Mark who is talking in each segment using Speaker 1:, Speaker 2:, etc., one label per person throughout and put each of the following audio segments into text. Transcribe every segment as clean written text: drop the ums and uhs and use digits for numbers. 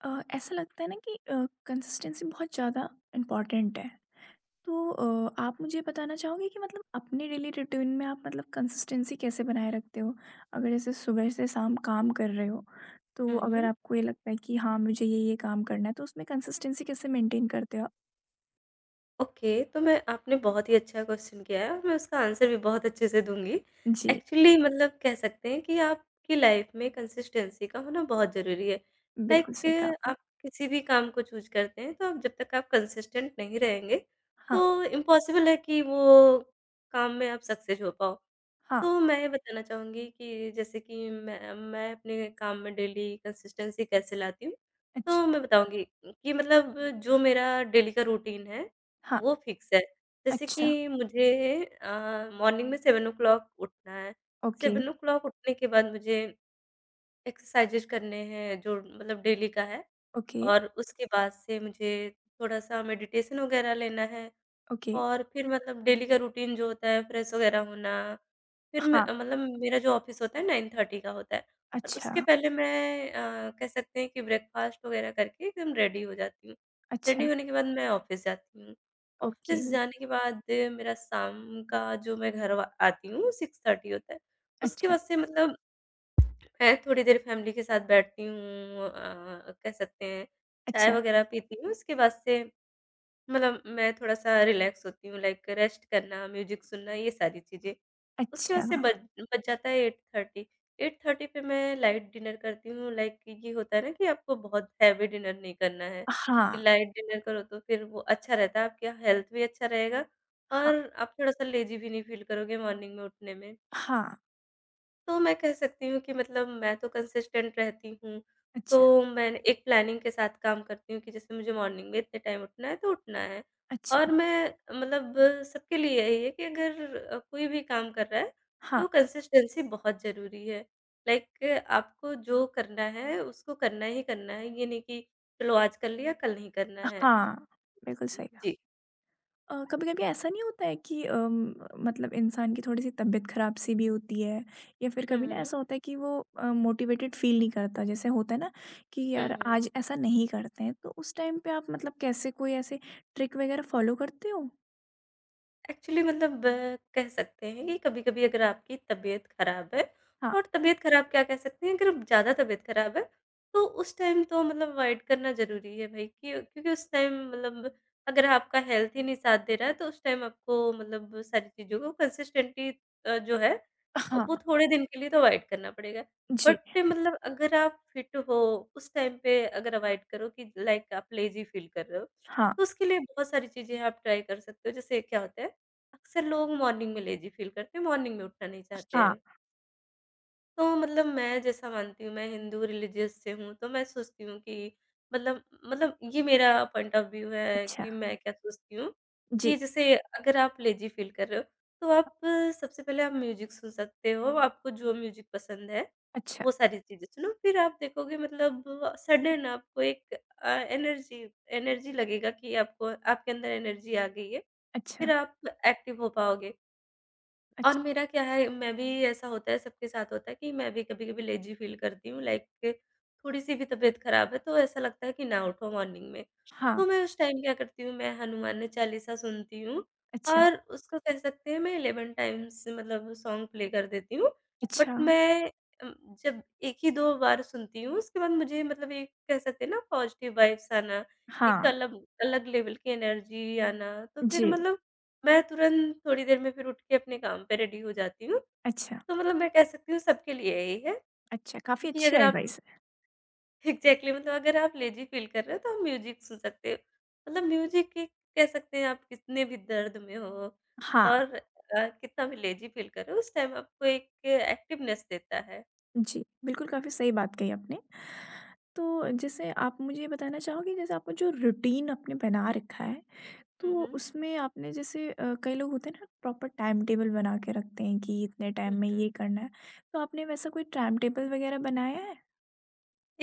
Speaker 1: अ, ऐसा लगता है ना कि कंसिस्टेंसी बहुत ज़्यादा इम्पॉर्टेंट है। तो आप मुझे बताना चाहोगे कि मतलब अपने डेली रूटीन में आप मतलब कंसिस्टेंसी कैसे बनाए रखते हो? अगर जैसे सुबह से शाम काम कर रहे हो, तो
Speaker 2: हुँ,
Speaker 1: अगर
Speaker 2: हुँ।
Speaker 1: आपको ये लगता है कि हाँ, मुझे ये-ये काम करना है, तो उसमें कंसिस्टेंसी कैसे मेंटेन करते हो आप?
Speaker 2: ओके, तो मैं आपने बहुत ही अच्छा क्वेश्चन किया है और मैं उसका आंसर भी बहुत अच्छे से दूँगी।
Speaker 1: जी,
Speaker 2: एक्चुअली मतलब कह सकते हैं कि आपकी लाइफ़ में कंसिस्टेंसी का होना बहुत ज़रूरी है।
Speaker 1: बिल्कुल
Speaker 2: लाइक
Speaker 1: सही कहा आपने।
Speaker 2: आप किसी भी काम को चूज़ करते हैं, तो आप जब तक आप कंसिस्टेंट नहीं रहेंगे,
Speaker 1: हाँ,
Speaker 2: तो इम्पॉसिबल है कि वो काम में आप सक्सेस हो पाओ।
Speaker 1: हाँ,
Speaker 2: तो मैं ये बताना चाहूँगी कि जैसे कि मैं अपने काम में डेली कंसिस्टेंसी कैसे लाती हूँ?
Speaker 1: अच्छा,
Speaker 2: तो मैं बताऊँगी कि मतलब जो मेरा डेली का रूटीन है,
Speaker 1: हाँ,
Speaker 2: वो फिक्स है। जैसे
Speaker 1: अच्छा,
Speaker 2: कि मुझे मॉर्निंग में 7:00 उठना है।
Speaker 1: ओके,
Speaker 2: 7:00 उठने के बाद मुझे एक्सरसाइज़ेज़ करने हैं जो मतलब डेली का है,
Speaker 1: ओके,
Speaker 2: और उसके बाद से मुझे थोड़ा-सा मेडिटेशन वगैरह लेना है।
Speaker 1: ओके,
Speaker 2: और फिर मतलब डेली का रूटीन जो होता है फ्रेश वगैरह होना, फिर मैं
Speaker 1: हाँ,
Speaker 2: मतलब मेरा जो ऑफ़िस होता है 9:30 का होता है, और
Speaker 1: अच्छा,
Speaker 2: उसके पहले मैं कह सकते हैं कि ब्रेकफ़ास्ट वगैरह करके एकदम रेडी हो जाती हूँ। रेडी
Speaker 1: अच्छा,
Speaker 2: होने के बाद मैं ऑफ़िस जाती हूँ।
Speaker 1: ओके,
Speaker 2: ऑफ़िस जाने के बाद मेरा शाम का जो मैं घर व आती हूँ 6:30 होता है। उसके
Speaker 1: अच्छा,
Speaker 2: बाद से मतलब मैं थोड़ी देर फ़ैमिली के साथ बैठती हूँ, कह सकते हैं चाय
Speaker 1: अच्छा,
Speaker 2: वगैरह पीती हूँ, उसके बाद से मतलब मैं थोड़ा-सा रिलैक्स होती हूँ लाइक रेस्ट करना, म्यूज़िक सुनना, ये सारी चीज़ें। उसके बाद
Speaker 1: अच्छा,
Speaker 2: से बज बज जाता है 8:30। 8:30 पे मैं लाइट डिनर करती हूँ। लाइक ये होता है ना कि आपको बहुत हैवी डिनर नहीं करना है, कि
Speaker 1: हाँ,
Speaker 2: लाइट डिनर करो तो फिर वो अच्छा रहता है, आपकी हेल्थ भी अच्छा रहेगा
Speaker 1: हाँ।
Speaker 2: और आप थोड़ा-सा लेज़ी भी नहीं फ़ील करोगे मॉर्निंग में उठने में।
Speaker 1: हाँ,
Speaker 2: तो मैं कह सकती हूँ कि मतलब मैं तो कंसिस्टेंट रहती हूँ।
Speaker 1: अच्छा,
Speaker 2: तो मैं एक प्लानिंग के साथ काम करती हूँ कि जैसे मुझे मॉर्निंग में इतने टाइम उठना है तो उठना है। और
Speaker 1: अच्छा।
Speaker 2: मैं मतलब सबके लिए यही है कि अगर कोई भी काम कर रहा है,
Speaker 1: हाँ,
Speaker 2: तो कंसिस्टेंसी बहुत ज़रूरी है। लाइक आपको जो करना है उसको करना ही करना है, ये नहीं कि चलो आज कर लिया कल नहीं करना है।
Speaker 1: हाँ, बिल्कुल सही कहा।
Speaker 2: जी।
Speaker 1: कभी-कभी ऐसा नहीं होता है कि मतलब इंसान की थोड़ी-सी तबीयत खराब-सी भी होती है या फिर
Speaker 2: हुँ,
Speaker 1: कभी ना
Speaker 2: हुँ।
Speaker 1: ऐसा होता है कि वो मोटिवेटेड फ़ील नहीं करता। जैसे होता है ना कि
Speaker 2: हुँ,
Speaker 1: यार
Speaker 2: हुँ।
Speaker 1: आज ऐसा नहीं करते हैं, तो उस टाइम पे आप मतलब कैसे कोई ऐसे ट्रिक वगैरह फ़ॉलो करते हो?
Speaker 2: एक्चुअली मतलब कह सकते हैं कि कभी-कभी अगर आपकी तबीयत ख़राब है,
Speaker 1: हाँ,
Speaker 2: और तबीयत ख़राब क्या कह सकते हैं, अगर ज़्यादा तबीयत ख़राब है, तो उस टाइम तो मतलब अवॉइड करना ज़रूरी है भई, कि क्योंकि उस टाइम मतलब अगर आपका हेल्थ ही नहीं साथ दे रहा है, तो उस टाइम आपको मतलब सारी चीज़ों को कंसिस्टेंटली जो है,
Speaker 1: हाँ,
Speaker 2: वो थोड़े दिन के लिए तो अवॉइड करना पड़ेगा।
Speaker 1: जी,
Speaker 2: बट मतलब अगर आप फिट हो, उस टाइम पे अगर अवॉइड करो कि लाइक आप लेज़ी फ़ील कर रहे हो,
Speaker 1: हाँ,
Speaker 2: तो उसके लिए बहुत सारी चीज़ें आप ट्राई कर सकते हो। जैसे क्या होता है, अक्सर लोग मॉर्निंग में लेज़ी फ़ील करते हैं, मॉर्निंग में उठना नहीं चाहते
Speaker 1: हाँ,
Speaker 2: हैं। तो मतलब मैं जैसा मानती हूँ, मैं हिंदू रिलीजियस से हूँ, तो मैं सोचती हूँ कि मतलब ये मेरा पॉइंट ऑफ व्यू है
Speaker 1: अच्छा,
Speaker 2: कि मैं क्या सोचती हूँ कि
Speaker 1: जी,
Speaker 2: जैसे अगर आप लेज़ी फ़ील कर रहे हो, तो आप सबसे पहले आप म्यूज़िक सुन सकते हो, आपको जो म्यूज़िक पसंद है,
Speaker 1: अच्छा,
Speaker 2: वो सारी चीज़ें सुनो। फिर आप देखोगे मतलब सडन आपको एक एनर्जी एनर्जी लगेगा कि आपको आपके अंदर एनर्जी आ गई है। फिर
Speaker 1: अच्छा,
Speaker 2: आप एक्टिव हो पाओगे। और
Speaker 1: अच्छा,
Speaker 2: मेरा क्या है, मैं भी ऐसा होता है, सबके साथ होता है कि मैं भी कभी-कभी लेज़ी फ़ील करती हूँ लाइक थोड़ी-सी भी तबीयत ख़राब है, तो ऐसा लगता है कि ना उठो मॉर्निंग में।
Speaker 1: हाँ,
Speaker 2: तो मैं उस टाइम क्या करती हूँ, मैं हनुमान चालीसा सुनती हूँ,
Speaker 1: अच्छा,
Speaker 2: और उसको कह सकते हैं मैं 11 टाइम्स मतलब सॉन्ग प्ले कर देती हूँ। बट
Speaker 1: अच्छा,
Speaker 2: मैं अम, जब 1 ही 2 बार सुनती हूँ, उसके बाद मुझे मतलब एक कह सकते हैं ना पॉज़िटिव वाइब्स आना, एक
Speaker 1: हाँ,
Speaker 2: अलग अलग लेवल की एनर्जी आना, तो फिर
Speaker 1: जी,
Speaker 2: मतलब मैं तुरंत थोड़ी देर में फिर उठ के अपने काम पे रेडी हो जाती हूँ।
Speaker 1: अच्छा।
Speaker 2: तो मतलब मैं कह सकती हूँ सबके लिए यही है
Speaker 1: अच्छा, काफ़ी
Speaker 2: कि
Speaker 1: अच्छी
Speaker 2: अगर आप
Speaker 1: एडवाइस है।
Speaker 2: एग्ज़ैक्टली मतलब अगर आप लेज़ी फ़ील कर रहे हो, तो आप म्यूज़िक सुन सकते हो। मतलब म्यूज़िक एक कह सकते हैं आप कितने भी दर्द में हो
Speaker 1: हाँ,
Speaker 2: और कितना भी लेज़ी फ़ील कर रहे हो, उस टाइम आपको एक एक्टिवनेस देता है।
Speaker 1: जी, बिल्कुल काफ़ी सही बात कही आपने। तो जैसे आप मुझे ये बताना चाहोगे जैसे आपने जो रूटीन आपने बना रखा है,
Speaker 2: हुँ,
Speaker 1: तो
Speaker 2: हुँ।
Speaker 1: उसमें आपने जैसे कई लोग होते हैं ना प्रॉपर टाइम टेबल बना के रखते हैं कि इतने
Speaker 2: हुँ,
Speaker 1: टाइम में
Speaker 2: हुँ।
Speaker 1: ये करना है, तो आपने वैसा कोई टाइम टेबल वगैरह बनाया है?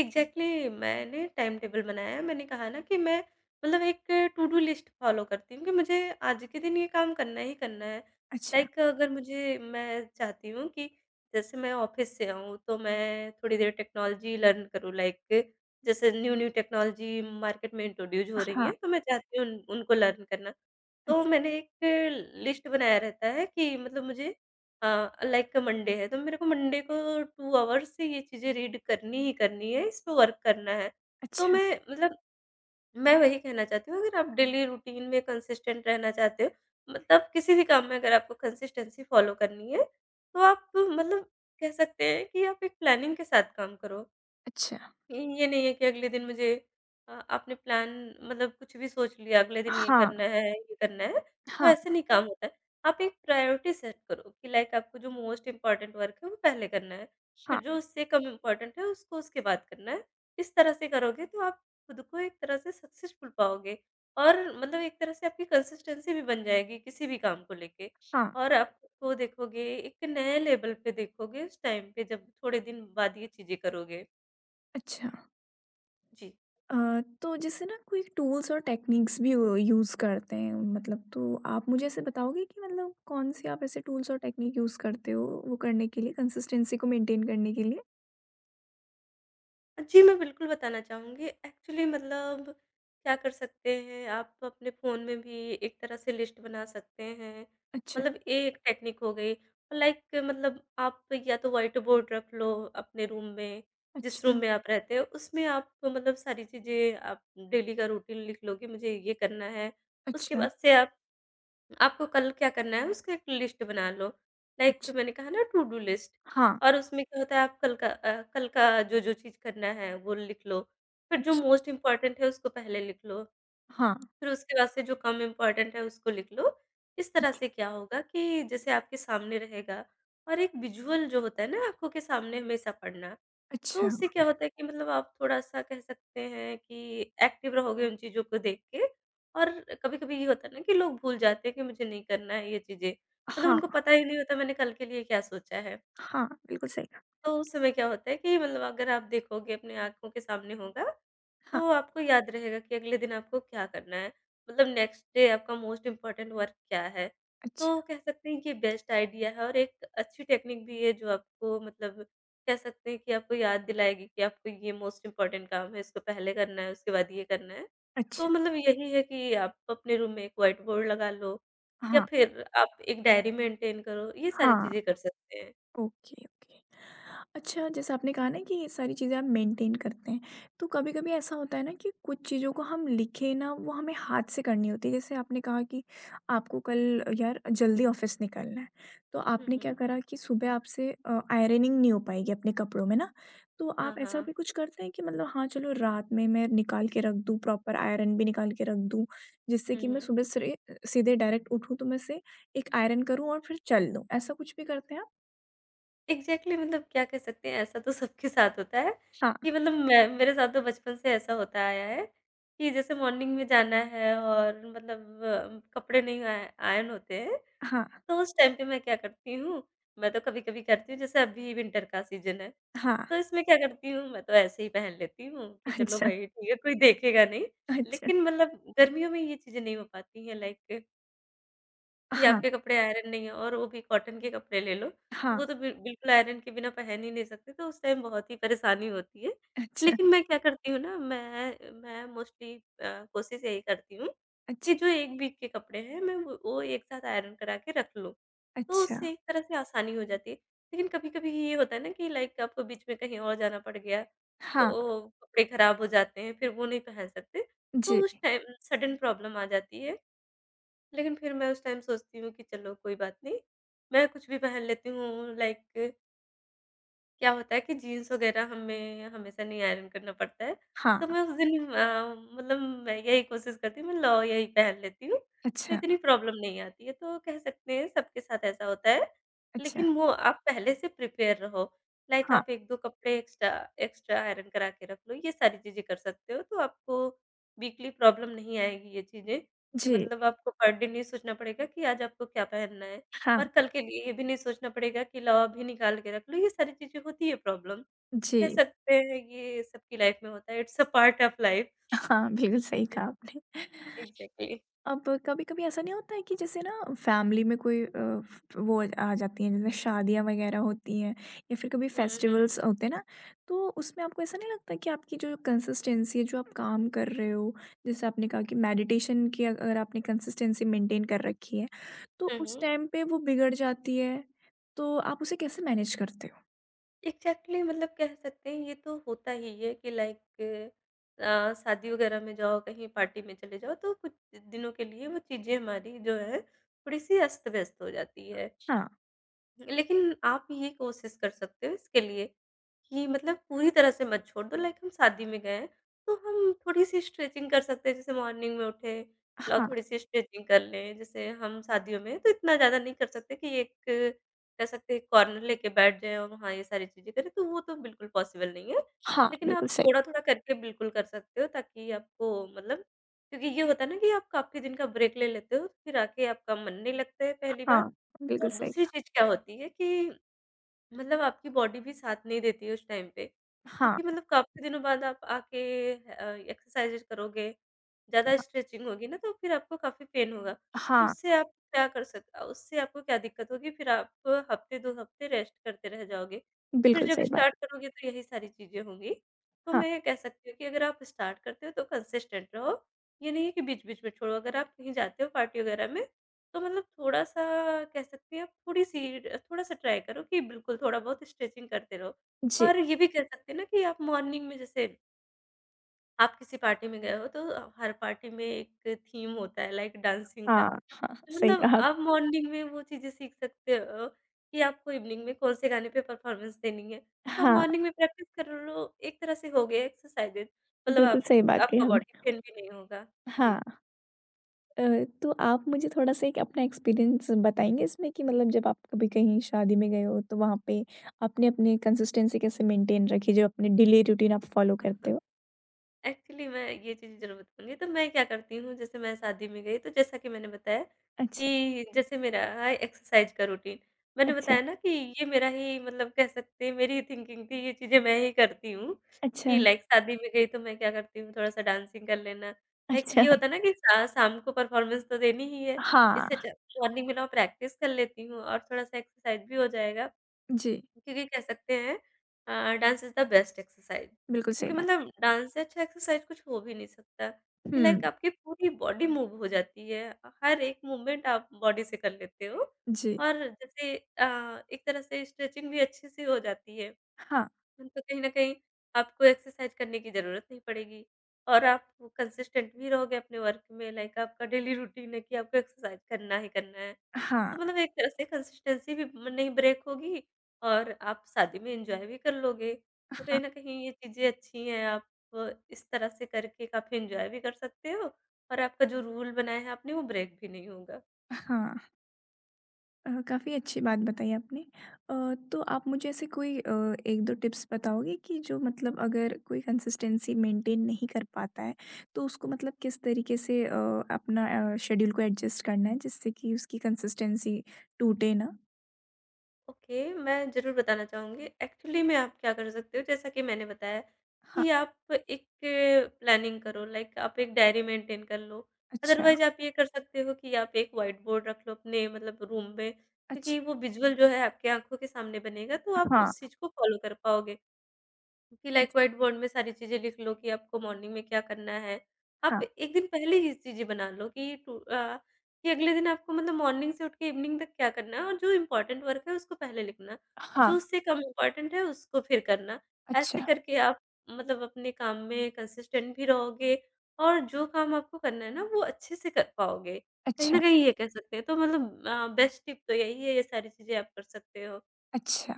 Speaker 2: एग्ज़ैक्टली, मैंने टाइम टेबल बनाया है, मैंने कहा ना कि मैं मतलब एक टू डू लिस्ट फॉलो करती हूँ कि मुझे आज के दिन ये काम करना ही करना है,
Speaker 1: अच्छा,
Speaker 2: लाइक, अगर मुझे मैं चाहती हूँ कि जैसे मैं ऑफिस से आऊँ तो मैं थोड़ी देर टेक्नोलॉजी लर्न करूँ, लाइक जैसे न्यू न्यू टेक्नोलॉजी मार्केट में इंट्रोड्यूस हो रही है,
Speaker 1: हाँ,
Speaker 2: तो मैं चाहती हूँ उनको लर्न करना। तो
Speaker 1: अच्छा,
Speaker 2: मैंने एक लिस्ट बनाया रहता है कि मतलब मुझे, हाँ, लाइक मंडे है तो मेरे को मंडे को 2 आवर्स से ये चीज़ें रीड करनी ही करनी है, इस पे वर्क करना है। तो
Speaker 1: अच्छा,
Speaker 2: मैं मतलब मैं वही कहना चाहती हूँ, अगर आप डेली रूटीन में कंसिस्टेंट रहना चाहते हो, मतलब किसी भी काम में अगर आपको कंसिस्टेंसी फ़ॉलो करनी है, तो आप मतलब कह सकते हैं कि आप एक प्लानिंग के साथ काम करो।
Speaker 1: अच्छा,
Speaker 2: ये नहीं है कि अगले दिन मुझे आपने प्लान मतलब कुछ भी सोच लिया, अगले दिन
Speaker 1: हाँ,
Speaker 2: ये करना है, तो
Speaker 1: हाँ,
Speaker 2: ऐसे नहीं काम होता है। आप एक प्रायोरिटी सेट करो कि लाइक आपको जो मोस्ट इम्पोर्टेंट वर्क है वो पहले करना है, फिर
Speaker 1: हाँ,
Speaker 2: जो उससे कम इम्पोर्टेंट है उसको उसके बाद करना है। इस तरह से करोगे तो आप खुद को एक तरह से सक्सेसफुल पाओगे, और मतलब एक तरह से आपकी कंसिस्टेंसी भी बन जाएगी किसी भी काम को लेके,
Speaker 1: हाँ,
Speaker 2: और आप खुद को देखोगे, एक नए लेवल पे देखोगे उस टाइम पे जब थोड़े दिन बाद ये चीज़ें करोगे।
Speaker 1: अच्छा।
Speaker 2: जी।
Speaker 1: अ, तो जैसे ना कोई टूल्स और टेक्निक्स भी यूज़ करते हैं मतलब तो आप मुझे ऐसे बताओगे कि मतलब कौन से आप ऐसे टूल्स और टेक्निक यूज़ करते हो वो करने के लिए कंसिस्टेंसी को मेंटेन करने के लिए?
Speaker 2: जी, मैं बिल्कुल बताना चाहूँगी। एक्चुअली मतलब क्या कर सकते हैं, आप अपने फ़ोन में भी एक तरह से लिस्ट बना सकते हैं।
Speaker 1: अच्छा,
Speaker 2: मतलब ये एक टेक्नीक हो गई। और लाइक मतलब आप या तो व्हाइट बोर्ड रख लो अपने रूम में, जिस रूम
Speaker 1: अच्छा,
Speaker 2: में आप रहते हो, उसमें आप मतलब सारी चीज़ें आप डेली का रूटीन लिख लोगे, मुझे ये करना है। उसके
Speaker 1: अच्छा,
Speaker 2: बाद से आप आपको कल क्या करना है उसका एक लिस्ट बना लो। लाइक
Speaker 1: अच्छा।
Speaker 2: मैंने कहा ना, टू डू लिस्ट।
Speaker 1: हाँ,
Speaker 2: और उसमें क्या होता है, आप कल का जो-जो चीज़ करना है वो लिख लो। फिर जो
Speaker 1: अच्छा,
Speaker 2: मोस्ट इम्पोर्टेंट है उसको पहले लिख लो।
Speaker 1: हाँ,
Speaker 2: फिर उसके बाद से जो कम इम्पोर्टेंट है उसको लिख लो। इस तरह
Speaker 1: अच्छा,
Speaker 2: से क्या होगा कि जैसे आपके सामने रहेगा, और एक विजुअल जो होता है ना आँखों के सामने हमेशा पढ़ना, तो
Speaker 1: अच्छा,
Speaker 2: उससे क्या होता है कि मतलब आप थोड़ा-सा कह सकते हैं कि एक्टिव रहोगे उन चीज़ों को देख के। और कभी-कभी ये होता है ना कि लोग भूल जाते हैं कि मुझे नहीं करना है ये चीज़ें। मतलब उनको
Speaker 1: हाँ,
Speaker 2: पता ही नहीं होता मैंने कल के लिए क्या सोचा है।
Speaker 1: हाँ, बिल्कुल सही कहा।
Speaker 2: तो उस समय क्या होता है कि मतलब अगर आप देखोगे अपनी आँखों के सामने होगा,
Speaker 1: हाँ,
Speaker 2: तो आपको याद रहेगा कि अगले दिन आपको क्या करना है। मतलब नेक्स्ट डे आपका मोस्ट इम्पोर्टेंट वर्क क्या है।
Speaker 1: अच्छा,
Speaker 2: तो कह सकते हैं कि बेस्ट आइडिया है, और एक अच्छी टेक्निक भी है जो आपको मतलब कह सकते हैं कि आपको याद दिलाएगी कि आपको ये मोस्ट इम्पोर्टेंट काम है, इसको पहले करना है, उसके बाद ये करना है। तो
Speaker 1: अच्छा,
Speaker 2: मतलब यही है कि आप अपने रूम में एक व्हाइट बोर्ड लगा लो, या
Speaker 1: हाँ,
Speaker 2: फिर आप एक डायरी मेंटेन करो, ये सारी
Speaker 1: हाँ,
Speaker 2: चीज़ें कर सकते हैं।
Speaker 1: Okay, okay. अच्छा, जैसे आपने कहा ना कि ये सारी चीज़ें आप मेंटेन करते हैं, तो कभी-कभी ऐसा होता है ना कि कुछ चीज़ों को हम लिखें ना, वो हमें हाथ से करनी होती है। जैसे आपने कहा कि आपको कल यार जल्दी ऑफ़िस निकलना है, तो
Speaker 2: हुँ,
Speaker 1: आपने क्या
Speaker 2: हुँ।
Speaker 1: करा कि सुबह आपसे आयरनिंग नहीं हो पाएगी अपने कपड़ों में ना, तो
Speaker 2: हाँ,
Speaker 1: आप ऐसा
Speaker 2: हाँ।
Speaker 1: भी कुछ करते हैं कि मतलब हाँ, चलो रात में मैं निकाल के रख दूँ, प्रॉपर आयरन भी निकाल के रख दूँ, जिससे
Speaker 2: हुँ,
Speaker 1: कि मैं
Speaker 2: हुँ।
Speaker 1: सुबह सरे सीधे डायरेक्ट उठूँ तो मैं उसे एक आयरन करूँ और फिर चल दूँ, ऐसा कुछ भी करते हैं आप?
Speaker 2: एग्ज़ैक्टली मतलब क्या कह सकते हैं, ऐसा तो सबके साथ होता है कि
Speaker 1: हाँ,
Speaker 2: मतलब मैं मेरे साथ तो बचपन से ऐसा होता आया है कि जैसे मॉर्निंग में जाना है और मतलब कपड़े नहीं आय आयरन होते हैं,
Speaker 1: हाँ,
Speaker 2: तो उस टाइम पे मैं क्या करती हूँ, मैं तो कभी-कभी करती हूँ, जैसे अभी विंटर का सीज़न है,
Speaker 1: हाँ।
Speaker 2: तो इसमें क्या करती हूँ, मैं तो ऐसे ही पहन लेती हूँ कि चलो
Speaker 1: अच्छा,
Speaker 2: भाई ठीक है, कोई देखेगा नहीं।
Speaker 1: अच्छा।
Speaker 2: लेकिन मतलब गर्मियों में ये चीज़ें नहीं हो पाती हैं, लाइक कि
Speaker 1: हाँ,
Speaker 2: आपके कपड़े आयरन नहीं है, और वो भी कॉटन के कपड़े ले लो, तो
Speaker 1: हाँ।
Speaker 2: वो तो बिल्कुल आयरन के बिना पहन ही नहीं सकते, तो उस टाइम बहुत ही परेशानी होती है।
Speaker 1: अच्छा,
Speaker 2: लेकिन मैं क्या करती हूँ ना, मैं मोस्टली कोशिश यही करती हूँ कि
Speaker 1: अच्छा,
Speaker 2: जो एक वीक के कपड़े हैं, मैं वो एक साथ आयरन करा के रख लूँ, तो
Speaker 1: अच्छा।
Speaker 2: उससे एक तरह से आसानी हो जाती है। लेकिन कभी-कभी ये होता है ना कि लाइक आपको बीच में कहीं और जाना पड़ गया,
Speaker 1: हाँ,
Speaker 2: तो कपड़े खराब हो जाते हैं, फिर वो नहीं पहन सकते, तो
Speaker 1: जी।
Speaker 2: उस टाइम सडन प्रॉब्लम आ जाती है। लेकिन फिर मैं उस टाइम सोचती हूँ कि चलो कोई बात नहीं, मैं कुछ भी पहन लेती हूँ। लाइक क्या होता है कि जीन्स वगैरह हमें हमेशा नहीं आयरन करना पड़ता है, तो
Speaker 1: हाँ,
Speaker 2: मैं उस दिन मतलब मैं यही कोशिश करती हूँ, मैं लाओ यही पहन लेती हूँ, तो
Speaker 1: अच्छा,
Speaker 2: इतनी प्रॉब्लम नहीं आती है। तो कह सकते हैं सबके साथ ऐसा होता है,
Speaker 1: अच्छा।
Speaker 2: लेकिन वो आप पहले से प्रिपेयर रहो, लाइक
Speaker 1: हाँ,
Speaker 2: आप 1-2 कपड़े एक्स्ट्रा एक्स्ट्रा आयरन करा के रख लो, ये सारी चीज़ें कर सकते हो, तो आपको वीकली प्रॉब्लम नहीं आएगी ये चीज़ें, कि
Speaker 1: जी।
Speaker 2: मतलब आपको पर डे नहीं सोचना पड़ेगा कि आज आपको क्या पहनना है। और
Speaker 1: हाँ,
Speaker 2: कल के लिए ये भी नहीं सोचना पड़ेगा कि लाओ अभी निकाल के रख लो, ये सारी चीज़ें होती है प्रॉब्लम। कह
Speaker 1: जी।
Speaker 2: सकते हैं ये सबकी लाइफ में होता है, it's a part of life.
Speaker 1: हाँ, बिल्कुल सही
Speaker 2: जी।
Speaker 1: कहा आपने।
Speaker 2: एग्ज़ैक्टली।
Speaker 1: अब कभी-कभी ऐसा नहीं होता है कि जैसे ना फैमिली में कोई फ वो आ जाती हैं, जैसे शादियाँ वगैरह होती हैं या फिर कभी
Speaker 2: हुँ, हुँ,
Speaker 1: फेस्टिवल्स
Speaker 2: हुँ।
Speaker 1: होते हैं ना, तो उसमें आपको ऐसा नहीं लगता कि आपकी जो कंसिस्टेंसी है, जो आप काम कर रहे हो, जैसे आपने कहा कि मेडिटेशन की अगर आपने कंसिस्टेंसी मेंटेन कर रखी है, तो
Speaker 2: हुँ,
Speaker 1: उस
Speaker 2: हुँ।
Speaker 1: टाइम पे वो बिगड़ जाती है, तो आप उसे कैसे मैनेज करते हो?
Speaker 2: एग्ज़ैक्टली, मतलब कह सकते हैं ये तो होता ही है कि लाइक शादी वगैरह में जाओ, कहीं पार्टी में चले जाओ तो कुछ दिनों के लिए वो चीज़ें हमारी जो है थोड़ी-सी अस्त-व्यस्त हो जाती है।
Speaker 1: हाँ,
Speaker 2: लेकिन आप ये कोशिश कर सकते हो इसके लिए कि मतलब पूरी तरह से मत छोड़ दो, लाइक हम शादी में गए हैं, तो हम थोड़ी-सी स्ट्रेचिंग कर सकते हैं जैसे मॉर्निंग में उठे, लाओ
Speaker 1: हाँ,
Speaker 2: थोड़ी-सी स्ट्रेचिंग कर लें। जैसे हम शादियों में तो इतना ज़्यादा नहीं कर सकते कि एक कह सकते हैं कॉर्नर लेके बैठ जाएँ और वहाँ ये सारी चीज़ें करें, तो वो तो बिल्कुल पॉसिबल नहीं है।
Speaker 1: हाँ,
Speaker 2: लेकिन आप
Speaker 1: बिल्कुल सही।
Speaker 2: थोड़ा-थोड़ा करके बिल्कुल कर सकते हो, ताकि आपको मतलब क्योंकि ये होता है ना कि आप काफ़ी दिन का ब्रेक ले लेते हो, फिर आके आपका मन नहीं लगता है पहली
Speaker 1: हाँ,
Speaker 2: बात।
Speaker 1: बिल्कुल
Speaker 2: और
Speaker 1: सही
Speaker 2: दूसरी
Speaker 1: कहा।
Speaker 2: चीज़ क्या होती है कि मतलब आपकी बॉडी भी साथ नहीं देती है उस टाइम पे, क्योंकि
Speaker 1: हाँ,
Speaker 2: मतलब काफ़ी दिनों बाद आप आके अ, एक्सरसाइज़ करोगे, ज़्यादा स्ट्रेचिंग होगी ना तो फिर आपको काफ़ी पेन होगा। फिर
Speaker 1: हाँ,
Speaker 2: उससे आप क्या कर सक अ, उससे आपको क्या दिक्कत होगी, फिर आप हफ्ते 2 हफ्ते रेस्ट करते रह जाओगे। फिर
Speaker 1: बिल्कुल
Speaker 2: जब
Speaker 1: सही बात।
Speaker 2: स्टार्ट करोगे तो यही सारी चीज़ें होंगी। तो
Speaker 1: हाँ,
Speaker 2: मैं ये कह सकती हूँ कि अगर आप स्टार्ट करते हो तो कंसिस्टेंट रहो, ये नहीं है कि बीच-बीच में छोड़ो। अगर आप कहीं जाते हो पार्टी वगैरह में तो मतलब थोड़ा-सा कह सकती हैं आप थोड़ी-सी थोड़ा-सा ट्राई करो कि बिल्कुल थोड़ा बहुत स्ट्रेचिंग करते रहो।
Speaker 1: जी।
Speaker 2: और ये भी कह सकते हैं ना कि आप मॉर्निंग में जैसे आप किसी पार्टी में गए हो, तो हर पार्टी में एक थीम होता है लाइक डांसिंग का।
Speaker 1: हाँ, हाँ, सही
Speaker 2: मतलब
Speaker 1: कहा आप।
Speaker 2: आप मॉर्निंग में वो चीज़ें सीख सकते हो कि आपको इवनिंग में कौन से गाने पे परफॉर्मेंस देनी है। तो आप
Speaker 1: हाँ,
Speaker 2: मॉर्निंग में प्रैक्टिस कर लो। एक तरह से हो गया एक्सरसाइज़ेज़, मतलब
Speaker 1: बिल्कुल
Speaker 2: आप
Speaker 1: सही बात कही
Speaker 2: आपका बॉडी
Speaker 1: हमने।
Speaker 2: पेन भी नहीं होगा। जी।
Speaker 1: हाँ अ, तो आप मुझे थोड़ा-सा एक अपना एक्सपीरियंस बताएँगे इसमें कि मतलब जब आप कभी कहीं शादी में गए हो तो वहाँ पे आपने अपनी कंसिस्टेंसी कैसे मेंटेन रखी जो अपने डेली रूटीन आप फॉलो करते हो?
Speaker 2: एक्चुअली मैं ये चीज़ ज़रूर बताऊँगी, तो मैं क्या करती हूँ जैसे मैं शादी में गई, तो जैसा कि मैंने बताया
Speaker 1: अच्छा,
Speaker 2: कि जैसे मेरा है एक्सरसाइज़ का रूटीन। मैंने
Speaker 1: अच्छा,
Speaker 2: बताया ना कि ये मेरा ही, मतलब कह सकते हैं मेरी ही थिंकिंग थी, ये चीज़ें मैं ही करती हूँ,
Speaker 1: अच्छा,
Speaker 2: कि लाइक शादी में गई तो मैं क्या करती हूँ, थोड़ा-सा डांसिंग कर लेना। लाइक
Speaker 1: अच्छा।
Speaker 2: ये होता है ना कि शा शाम को परफ़ॉर्मेंस तो देनी ही है, इससे
Speaker 1: हाँ,
Speaker 2: अच्छा मॉर्निंग में ना प्रैक्टिस कर लेती हूँ और थोड़ा-सा एक्सरसाइज़ भी हो जाएगा।
Speaker 1: जी,
Speaker 2: क्योंकि कह सकते हैं dance is the best exercise,
Speaker 1: बिल्कुल सही
Speaker 2: क्योंकि
Speaker 1: बात।
Speaker 2: मतलब डांस से अच्छा एक्सरसाइज़ कुछ हो भी नहीं सकता कि
Speaker 1: हुँ,
Speaker 2: लाइक आपकी पूरी बॉडी मूव हो जाती है। हर एक मूवमेंट आप बॉडी से कर लेते हो
Speaker 1: जी।
Speaker 2: और जैसे एक तरह से स्ट्रेचिंग भी अच्छे से हो जाती है।
Speaker 1: हाँ,
Speaker 2: तो कहीं न कहीं आपको एक्सरसाइज़ करने की ज़रूरत नहीं पड़ेगी और आप कंसिस्टेंट भी रहोगे अपने वर्क में, लाइक आपका डेली रूटीन है कि आपको एक्सरसाइज़ करना ही करना है। तो
Speaker 1: हाँ,
Speaker 2: मतलब एक तरह से कंसिस्टेंसी भी म नहीं ब्रेक होगी और आप शादी में एन्जॉय भी कर लोगे। तो
Speaker 1: हाँ,
Speaker 2: कहीं न कहीं ये चीज़ें अच्छी हैं, आप इस तरह से करके काफ़ी एन्जॉय भी कर सकते हो और आपका जो रूल बनाया है आपने वो ब्रेक भी नहीं होगा।
Speaker 1: हाँ। काफ़ी अच्छी बात बताई आपने। अ, तो आप मुझे ऐसे कोई एक दो टिप्स बताओगे कि जो मतलब अगर कोई कंसिस्टेंसी मेंटेन नहीं कर पाता है तो उसको मतलब किस तरीके से अपना शेड्यूल को एडजस्ट करना है जिससे कि उसकी कंसिस्टेंसी टूटे ना।
Speaker 2: ओके, मैं ज़रूर बताना चाहूँगी। एक्चुअली में आप क्या कर सकते हो जैसा कि मैंने बताया
Speaker 1: हाँ,
Speaker 2: कि आप एक प्लानिंग करो, लाइक आप एक डायरी मेंटेन कर लो।
Speaker 1: अच्छा,
Speaker 2: अदरवाइज़ आप ये कर सकते हो कि आप एक व्हाइट बोर्ड रख लो अपने मतलब रूम में,
Speaker 1: अच्छा,
Speaker 2: क्योंकि वो विज़ुअल जो है आपकी आँखों के सामने बनेगा तो आप
Speaker 1: हाँ,
Speaker 2: उस चीज़ को फ़ॉलो कर पाओगे। कि लाइक व्हाइट बोर्ड में सारी चीज़ें लिख लो कि आपको मॉर्निंग में क्या करना है। आप
Speaker 1: हाँ,
Speaker 2: 1 दिन पहले ही चीज़ें बना लो कि कि अगले दिन आपको मतलब मॉर्निंग से उठ के इवनिंग तक क्या करना है और जो इम्पोर्टेंट वर्क है उसको पहले लिखना, जो
Speaker 1: हाँ,
Speaker 2: उससे कम इम्पोर्टेंट है उसको फिर करना। ऐसे
Speaker 1: अच्छा,
Speaker 2: करके आप मतलब अपने काम में कंसिस्टेंट भी रहोगे और जो काम आपको करना है ना वो अच्छे से कर पाओगे। कहीं
Speaker 1: अच्छा,
Speaker 2: न कहीं ये कह सकते हैं तो मतलब बेस्ट टिप तो यही है, ये सारी चीज़ें आप कर सकते हो।
Speaker 1: अच्छा,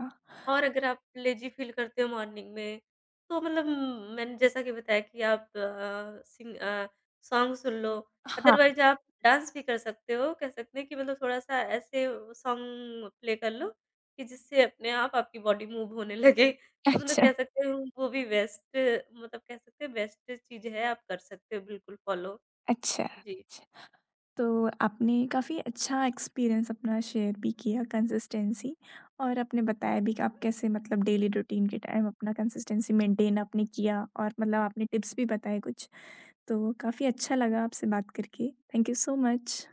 Speaker 2: और अगर आप लेज़ी फ़ील करते हो मॉर्निंग में, तो मतलब मैंने जैसा कि बताया कि आप सॉन्ग सुन लो,
Speaker 1: हाँ,
Speaker 2: अदरवाइज़ आप डांस भी कर सकते हो। कह सकते हैं कि मतलब थोड़ा-सा ऐसे सॉन्ग प्ले कर लो कि जिससे अपने आप आपकी बॉडी मूव होने लगे। तो मतलब
Speaker 1: अच्छा,
Speaker 2: कह सकते हो वो भी बेस्ट, मतलब कह सकते हैं बेस्ट चीज़ है, आप कर सकते हो बिल्कुल फ़ॉलो।
Speaker 1: अच्छा,
Speaker 2: जी,
Speaker 1: अच्छा। तो आपने काफ़ी अच्छा एक्सपीरियंस अपना शेयर भी किया कंसिस्टेंसी और आपने बताया भी कि आप कैसे मतलब डेली रूटीन के टाइम अपना कंसिस्टेंसी मेंटेन आपने किया और मतलब आपने टिप्स भी बताए कुछ, तो काफ़ी अच्छा लगा आपसे बात करके। Thank you so much.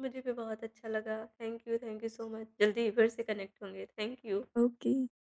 Speaker 2: मुझे भी बहुत अच्छा लगा। Thank you so much. जल्दी ही फिर से कनेक्ट होंगे। Thank you.
Speaker 1: ओके।